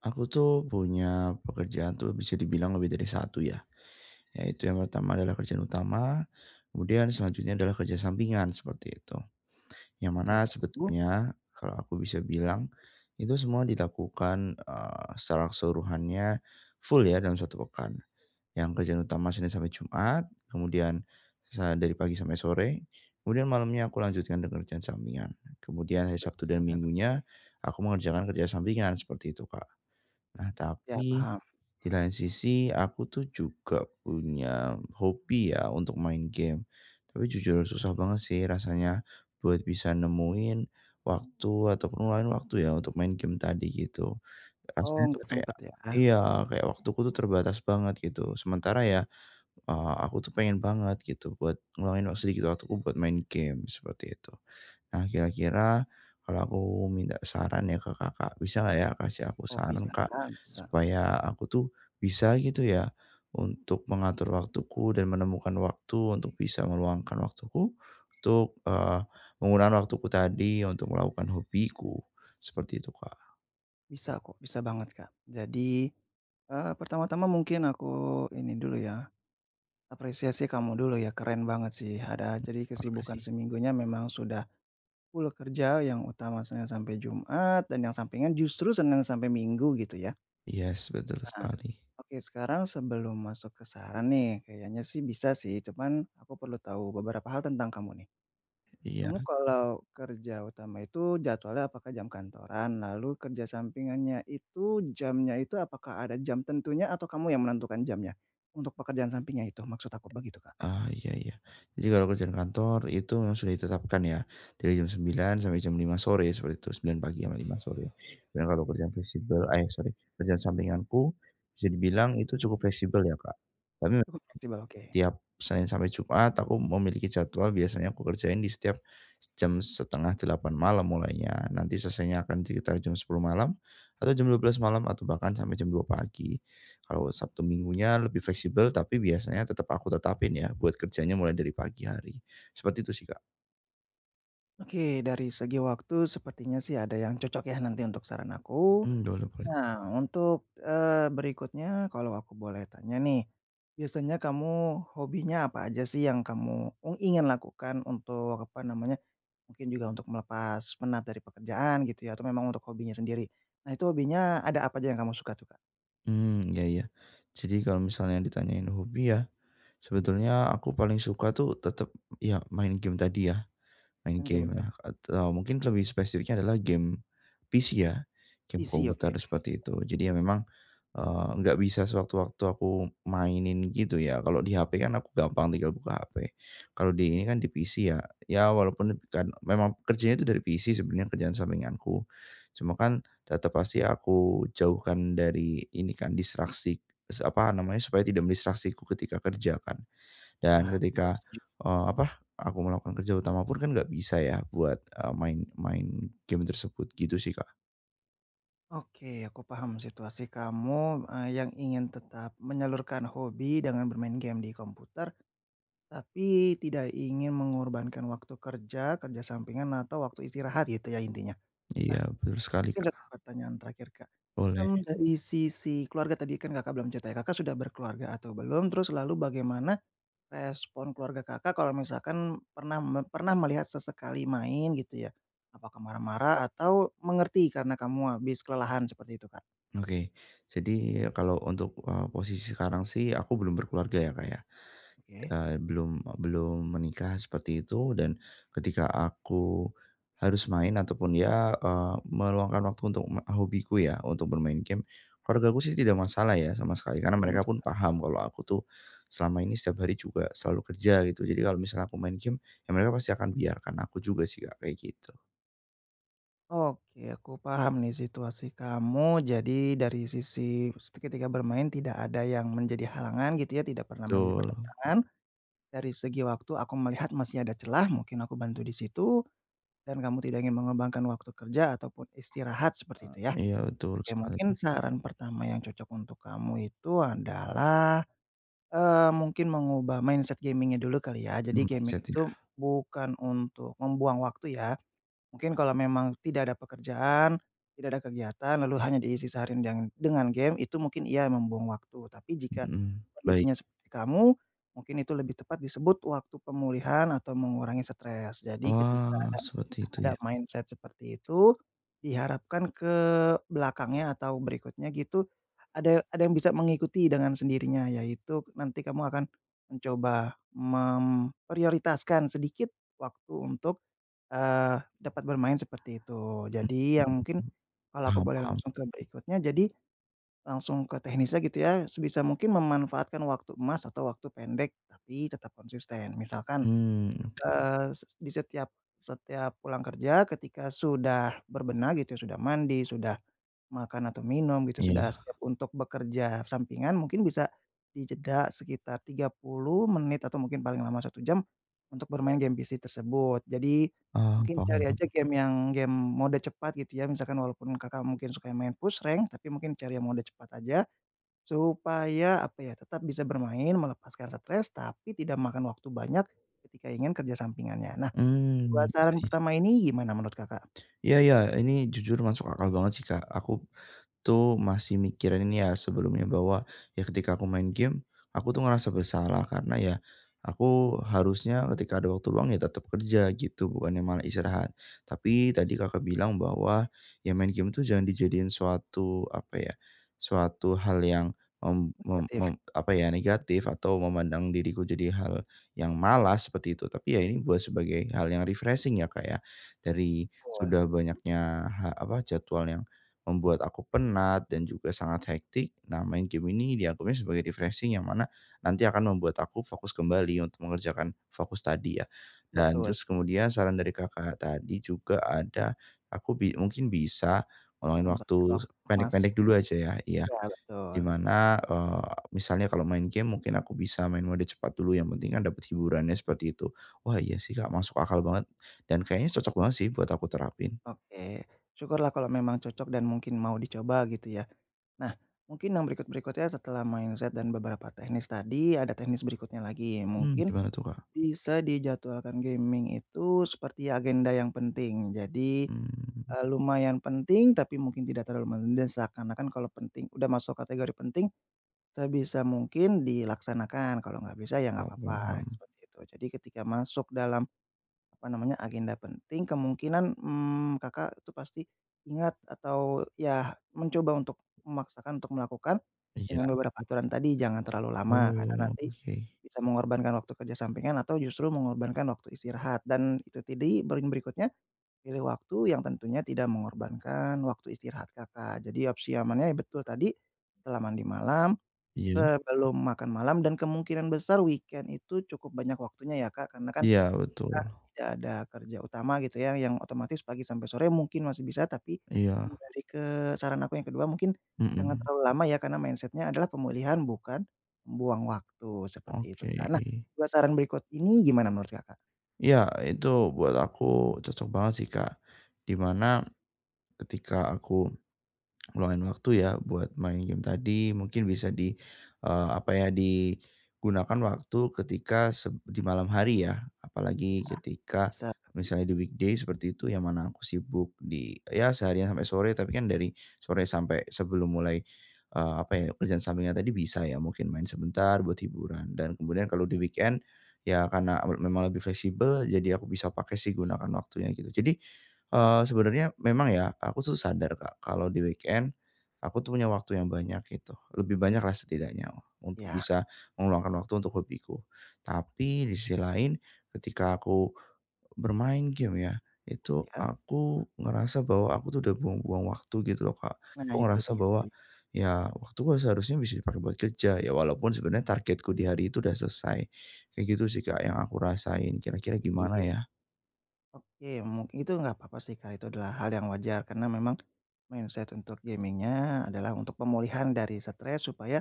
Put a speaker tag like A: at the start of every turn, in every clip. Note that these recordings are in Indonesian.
A: Aku tuh punya pekerjaan tuh bisa dibilang lebih dari satu ya, yaitu yang pertama adalah kerjaan utama, kemudian selanjutnya adalah kerja sampingan seperti itu. Yang mana
B: Oke, lalu?
A: sebetulnya kalau aku bisa bilang itu semua dilakukan, secara keseluruhannya full ya dalam satu pekan. Yang kerjaan utama Senin sampai Jumat, kemudian dari pagi sampai sore, kemudian malamnya aku lanjutkan dengan kerjaan sampingan. Kemudian hari Sabtu dan Minggunya aku mengerjakan kerja sampingan seperti itu, Kak. Nah
B: Ya
A: tapi
B: paham.
A: di lain sisi aku tuh juga punya hobi ya untuk main game. Tapi jujur susah banget sih rasanya buat bisa nemuin waktu atau ngeluarin waktu ya untuk main game tadi gitu.
B: Oh
A: Rasanya tuh
B: nggak
A: kayak
B: sempet ya?
A: iya, kayak waktuku tuh terbatas banget gitu. Sementara ya, aku tuh pengen banget gitu buat ngeluangin sedikit waktuku buat main game, seperti itu. Nah, kira-kira kalau aku minta saran ya ke Kakak, bisa nggak ya kasih aku
B: Oh
A: saran,
B: bisa
A: Kak,
B: bisa.
A: supaya aku tuh bisa gitu ya untuk mengatur waktuku dan menemukan waktu untuk bisa meluangkan waktuku untuk, menggunakan waktuku tadi untuk melakukan hobiku, seperti itu, Kak.
B: Bisa kok, bisa banget Kak. Jadi, pertama-tama mungkin aku ini dulu ya, apresiasi kamu dulu ya, keren banget sih ada jadi kesibukan
A: Makasih.
B: seminggunya memang sudah full kerja yang utama Senin sampai Jumat dan yang sampingan justru Senin sampai Minggu gitu ya.
A: Yes, betul
B: Nah,
A: sekali.
B: oke sekarang sebelum masuk ke saran nih, kayaknya sih bisa sih, cuman aku perlu tahu beberapa hal tentang kamu nih.
A: Iya.
B: Kamu kalau kerja utama itu jadwalnya apakah jam kantoran? Lalu kerja sampingannya itu jamnya itu apakah ada jam tentunya atau kamu yang menentukan jamnya? Untuk pekerjaan sampingnya itu maksud aku begitu, Kak.
A: Ah, iya iya. Jadi kalau kerjaan kantor itu memang sudah ditetapkan ya, dari jam sembilan sampai jam lima sore seperti itu, sembilan pagi sampai lima sore. Dan kalau kerjaan fleksibel eh, sorry, kerjaan sampinganku, bisa dibilang itu cukup fleksibel ya, Kak. Tapi
B: Cukup fleksibel, oke.
A: tiap Senin sampai Jumat aku memiliki jadwal biasanya aku kerjain di setiap jam setengah delapan malam mulainya. Nanti selesainya akan sekitar jam sepuluh malam atau jam dua belas malam atau bahkan sampai jam dua pagi. Kalau Sabtu Minggunya lebih fleksibel tapi biasanya tetap aku tetapin ya buat kerjanya mulai dari pagi hari. Seperti itu sih, Kak.
B: Oke, dari segi waktu sepertinya sih ada yang cocok ya nanti untuk saran aku.
A: Hmm, boleh boleh.
B: Nah, untuk, berikutnya kalau aku boleh tanya nih, biasanya kamu hobinya apa aja sih yang kamu ingin lakukan untuk apa namanya, mungkin juga untuk melepas penat dari pekerjaan gitu ya atau memang untuk hobinya sendiri. Nah itu hobinya ada apa aja yang kamu suka tuh, Kak?
A: Hmm, ya ya. Jadi kalau misalnya ditanyain hobi ya, sebetulnya aku paling suka tuh tetap ya main game tadi ya. Main
B: Main game
A: game.
B: itu
A: Nah,
B: aja?
A: atau mungkin lebih spesifiknya adalah game PC ya, game
B: PC
A: komputer
B: oke.
A: seperti itu. Jadi ya memang, nggak bisa sewaktu-waktu aku mainin gitu ya. Kalau di HP kan aku gampang tinggal buka HP. Kalau di ini kan di PC ya, ya walaupun kan memang kerjanya itu dari PC sebenarnya kerjaan sampinganku. Cuma kan tetap pasti aku jauhkan dari ini kan distraksi apa namanya, supaya tidak mendistraksiku ketika kerja kan. Dan
B: Ya, betul
A: ketika,
B: setuju.
A: eee, apa, aku melakukan kerja utama pun kan nggak bisa ya buat, main main game tersebut, gitu sih, Kak.
B: Oke, aku paham situasi kamu, yang ingin tetap menyalurkan hobi dengan bermain game di komputer. Tapi tidak ingin mengorbankan waktu kerja, kerja sampingan, atau waktu istirahat gitu ya intinya. Nah,
A: Iya, betul sekali,
B: mungkin satu
A: Kak.
B: pertanyaan terakhir, Kak.
A: Boleh.
B: Mmm, dari sisi keluarga tadi kan Kakak belum cerita ya, Kakak sudah berkeluarga atau belum? Terus lalu bagaimana respon keluarga Kakak kalau misalkan pernah melihat sesekali main gitu ya? Apakah marah-marah atau mengerti karena kamu habis kelelahan seperti itu, Kak?
A: Oke. Jadi kalau untuk, posisi sekarang sih aku belum berkeluarga ya, Kak, ya?
B: Oke,
A: Belum belum menikah seperti itu dan ketika aku harus main ataupun ya, eee, meluangkan waktu untuk me hobiku ya, untuk bermain game, keluargaku sih tidak masalah ya sama sekali karena
B: tidak
A: mereka
B: masalah.
A: pun paham kalau aku tuh selama ini setiap hari juga selalu kerja gitu. Jadi kalau misalnya aku main game, ya mereka pasti akan biarkan aku juga sih Kak, kayak gitu.
B: Oke, aku paham nih situasi kamu. Jadi dari sisi ketika bermain tidak ada yang menjadi halangan gitu ya, tidak pernah menjadi
A: Betul.
B: pertentangan. Dari segi waktu aku melihat masih ada celah, mungkin aku bantu di situ dan kamu tidak ingin mengembangkan waktu kerja ataupun istirahat seperti itu ya.
A: Iya betul
B: Oke,
A: sekali.
B: mungkin saran pertama yang cocok untuk kamu itu adalah, mungkin mengubah mindset gamingnya dulu kali ya. Jadi
A: Mmm,
B: gaming
A: mindset
B: itu
A: ya?
B: bukan untuk membuang waktu ya. Mungkin kalau memang tidak ada pekerjaan, tidak ada kegiatan, lalu hanya diisi seharian dengan game, itu mungkin ia membuang waktu. Tapi jika
A: Mhm. Baik.
B: kondisinya seperti kamu, mungkin itu lebih tepat disebut waktu pemulihan atau mengurangi stres. Jadi ketika
A: Wah,
B: ada
A: seperti itu
B: ada
A: ya?
B: mindset seperti itu, diharapkan ke belakangnya atau berikutnya gitu, ada yang bisa mengikuti dengan sendirinya, yaitu nanti kamu akan mencoba memprioritaskan sedikit waktu untuk dapat bermain seperti itu. Jadi ya
A: Mhm,
B: mungkin kalau aku
A: paham
B: boleh
A: paham.
B: langsung ke berikutnya, jadi langsung ke teknisnya gitu ya, sebisa mungkin memanfaatkan waktu emas atau waktu pendek tapi tetap konsisten. Misalkan
A: Mmm,
B: Eee, s di setiap setiap pulang kerja ketika sudah berbenah gitu, ya, sudah mandi, sudah makan atau minum gitu, sudah
A: iya.
B: siap untuk bekerja sampingan mungkin bisa dijeda sekitar 30 menit atau mungkin paling lama satu jam untuk bermain game PC tersebut. Jadi
A: Oh,
B: mungkin cari
A: paham.
B: aja game yang mode cepat gitu ya, misalkan walaupun Kakak mungkin suka yang main push rank, tapi mungkin cari yang mode cepat aja. Supaya apa ya, tetap bisa bermain, melepaskan stres, tapi tidak makan waktu banyak ketika ingin kerja sampingannya. Nah,
A: Mmm,
B: 2
A: iya
B: saran
A: iya.
B: pertama ini gimana menurut Kakak?
A: Iya iya, ini jujur masuk akal banget sih, Kak. Aku tuh masih mikirin ini ya sebelumnya bahwa ya ketika aku main game, aku tuh ngerasa bersalah karena ya aku harusnya ketika ada waktu luang ya tetap kerja gitu, bukannya malah istirahat. Tapi tadi Kakak bilang bahwa ya main game tuh jangan dijadiin suatu apa ya, suatu hal yang mem mem
B: Negatif,
A: mem apa ya, negatif atau memandang diriku jadi hal yang malas seperti itu. Tapi ya ini buat sebagai hal yang refreshing ya Kak ya, dari sudah banyaknya ha apa, jadwal yang membuat aku penat dan juga sangat hektik. Nah, main game ini dianggapnya sebagai refreshing yang mana nanti akan membuat aku fokus kembali untuk mengerjakan fokus tadi ya.
B: betul
A: Dan
B: betul,
A: terus kemudian saran dari Kakak tadi juga ada, aku bi mungkin bisa ngulangin
B: manfaatkan
A: waktu
B: waktu. Mas
A: pendek-pendek dulu
B: pendek,
A: aja ya, iya.
B: iya betul,
A: Dimana mana, misalnya kalau main game mungkin aku bisa main mode cepat dulu, yang penting kan dapat hiburannya seperti itu. Wah iya sih, Kak, masuk akal banget dan kayaknya cocok banget sih buat aku terapin.
B: oke. Syukurlah kalau memang cocok dan mungkin mau dicoba gitu ya. Nah, mungkin yang berikut-berikutnya setelah mindset dan beberapa teknis tadi, ada teknis berikutnya lagi,
A: Mmm,
B: mungkin
A: gimana tuh, Kak?
B: bisa dijadwalkan gaming itu seperti agenda yang penting. Jadi
A: Mmm.
B: Lumayan penting tapi mungkin tidak terlalu mendesak, seakan-akan kalau penting udah masuk kategori penting, sebisa mungkin dilaksanakan, kalau nggak bisa ya nggak
A: Oh,
B: apa-apa,
A: malam.
B: seperti itu. Jadi ketika masuk dalam, apa namanya, agenda penting kemungkinan, Kakak itu pasti ingat atau ya mencoba untuk memaksakan untuk melakukan, dengan
A: Iya,
B: beberapa aturan tadi jangan terlalu lama karena
A: oh,
B: nanti,
A: oke.
B: bisa mengorbankan waktu kerja sampingan atau justru mengorbankan waktu istirahat dan itu tadi, poin berikutnya. Pilih waktu yang tentunya tidak mengorbankan waktu istirahat Kakak. Jadi opsi amannya ya betul tadi, setelah mandi malam,
A: Iya,
B: sebelum makan malam, dan kemungkinan besar weekend itu cukup banyak waktunya ya Kak, karena kan
A: iya betul.
B: Kakak tidak ada kerja utama gitu ya, yang otomatis pagi sampai sore mungkin masih bisa, tapi
A: Iya,
B: kembali ke saran aku yang kedua mungkin jangan
A: mhm,
B: terlalu lama ya, karena mindsetnya adalah pemulihan bukan membuang waktu, seperti itu
A: oke.
B: Kak. Nah, 2 saran berikut ini gimana menurut Kakak?
A: Iya, itu buat aku cocok banget sih, Kak. Di mana ketika aku luangin waktu ya buat main game tadi, mungkin bisa di, apa ya, digunakan waktu ketika seb di malam hari ya, apalagi ketika
B: Bisa
A: misalnya di weekday seperti itu, yang mana aku sibuk di ya seharian sampai sore, tapi kan dari sore sampai sebelum mulai, apa ya, kerjaan sampingan tadi bisa ya mungkin main sebentar buat hiburan. Dan kemudian kalau di weekend, ya karena memang lebih fleksibel, jadi aku bisa pakai sih gunakan waktunya gitu. Jadi sebenarnya memang ya, aku tuh sadar Kak, kalau di weekend aku tuh punya waktu yang banyak gitu, lebih banyak lah setidaknya untuk
B: ya
A: bisa meluangkan waktu untuk hobiku. Tapi di sisi lain ketika aku bermain game ya, itu
B: ya?
A: aku ngerasa bahwa aku tuh udah buang-buang waktu gitu loh Kak.
B: Nah
A: Aku
B: itu
A: ngerasa
B: dia.
A: bahwa ya waktu gua seharusnya bisa dipakai buat kerja, ya walaupun sebenarnya targetku di hari itu udah selesai. Kayak gitu sih Kak yang aku rasain, kira-kira gimana
B: Iya,
A: ya?
B: oke, mungkin itu nggak apa-apa sih, Kak, itu adalah hal yang wajar karena memang mindset untuk gamingnya adalah untuk pemulihan dari stres supaya,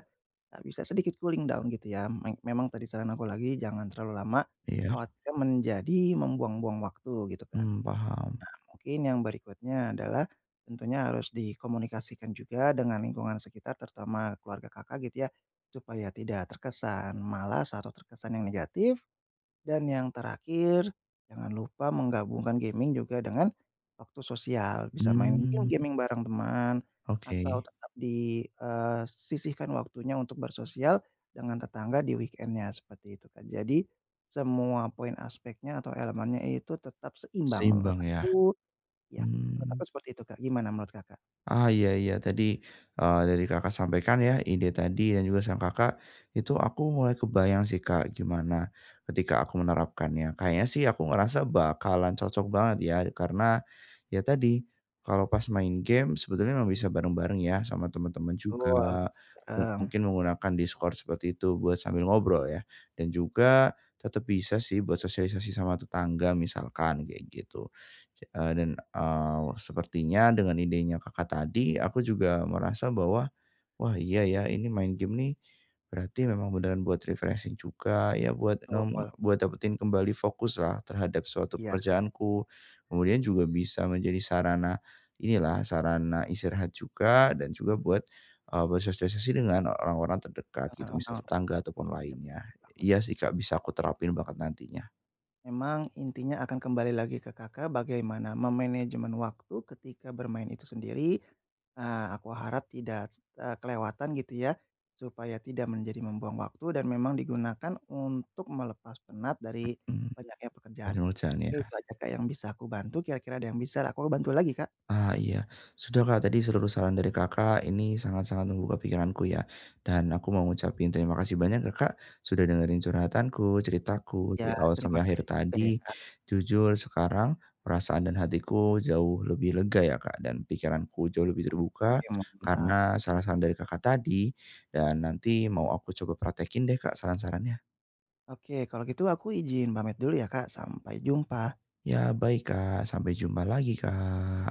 B: bisa sedikit cooling down gitu ya. Memang tadi saran aku lagi jangan terlalu lama,
A: Iya,
B: khawatirnya menjadi membuang-buang waktu gitu kan.
A: mmm, paham.
B: Mungkin yang berikutnya adalah tentunya harus dikomunikasikan juga dengan lingkungan sekitar terutama keluarga Kakak gitu ya, supaya tidak terkesan malas atau terkesan yang negatif dan yang terakhir, jangan lupa menggabungkan gaming juga dengan waktu sosial, bisa main mungkin
A: Hmm.
B: gaming bareng teman
A: Oke,
B: atau tetap disisihkan waktunya untuk bersosial dengan tetangga di weekend-nya, seperti itu, Kak. Jadi semua poin aspeknya atau elemennya itu tetap seimbang menurut
A: seimbang ya?
B: aku, ya, menurut aku
A: Mmm,
B: seperti itu, Kak. Gimana menurut Kakak?
A: ah, iya iya tadi, dari Kakak sampaikan ya ide tadi dan juga saran Kakak, itu aku mulai kebayang sih Kak gimana ketika aku menerapkannya. Kayaknya sih aku ngerasa bakalan cocok banget ya karena, ya tadi, kalau pas main game sebetulnya memang bisa bareng-bareng ya sama teman-teman
B: Betul,
A: juga,
B: bisa bareng,
A: mungkin menggunakan Discord seperti itu buat sambil ngobrol ya, dan juga tetap bisa sih buat sosialisasi sama tetangga misalkan kayak gitu. Dan, sepertinya dengan idenya Kakak tadi, aku juga merasa bahwa, wah iya ya ini main game nih, berarti memang beneran buat refreshing juga ya buat,
B: betul,
A: mmm, buat dapetin kembali fokus lah terhadap suatu
B: iya,
A: pekerjaanku. Kemudian juga bisa menjadi sarana inilah, sarana istirahat juga dan juga buat, bersosialisasi dengan orang-orang terdekat gitu,
B: heeh
A: misal
B: heeh,
A: tetangga ataupun
B: iya.
A: lainnya.
B: Betul banget.
A: Iya sih Kak, bisa aku terapin banget nantinya.
B: Memang intinya akan kembali lagi ke Kakak bagaimana memanajemen waktu ketika bermain itu sendiri, aku harap tidak, kelewatan gitu ya, supaya tidak menjadi membuang waktu dan memang digunakan untuk melepas penat dari
A: Mhm,
B: banyaknya pekerjaan.
A: penyeluruhan
B: Oke
A: ya.
B: itu aja Kak yang bisa aku bantu, kira-kira ada yang bisa aku bantu lagi Kak?
A: Ah, iya. Sudah Kak, tadi seluruh saran dari Kakak ini sangat-sangat membuka pikiranku ya. Dan aku mau ngucapin terima kasih banyak kakak sudah dengerin curhatanku, ceritaku
B: Ya
A: dari awal sampai
B: terima kasih
A: akhir
B: juga ya
A: tadi.
B: Kak,
A: Jujur sekarang perasaan dan hatiku jauh lebih lega ya Kak, dan pikiranku jauh lebih terbuka
B: oke mantap.
A: karena saran-saran dari Kakak tadi. Dan nanti mau aku coba praktekin deh Kak saran-sarannya.
B: Oke kalau gitu aku izin pamit dulu ya Kak, sampai jumpa.
A: Ya baik Kak, sampai jumpa lagi Kak.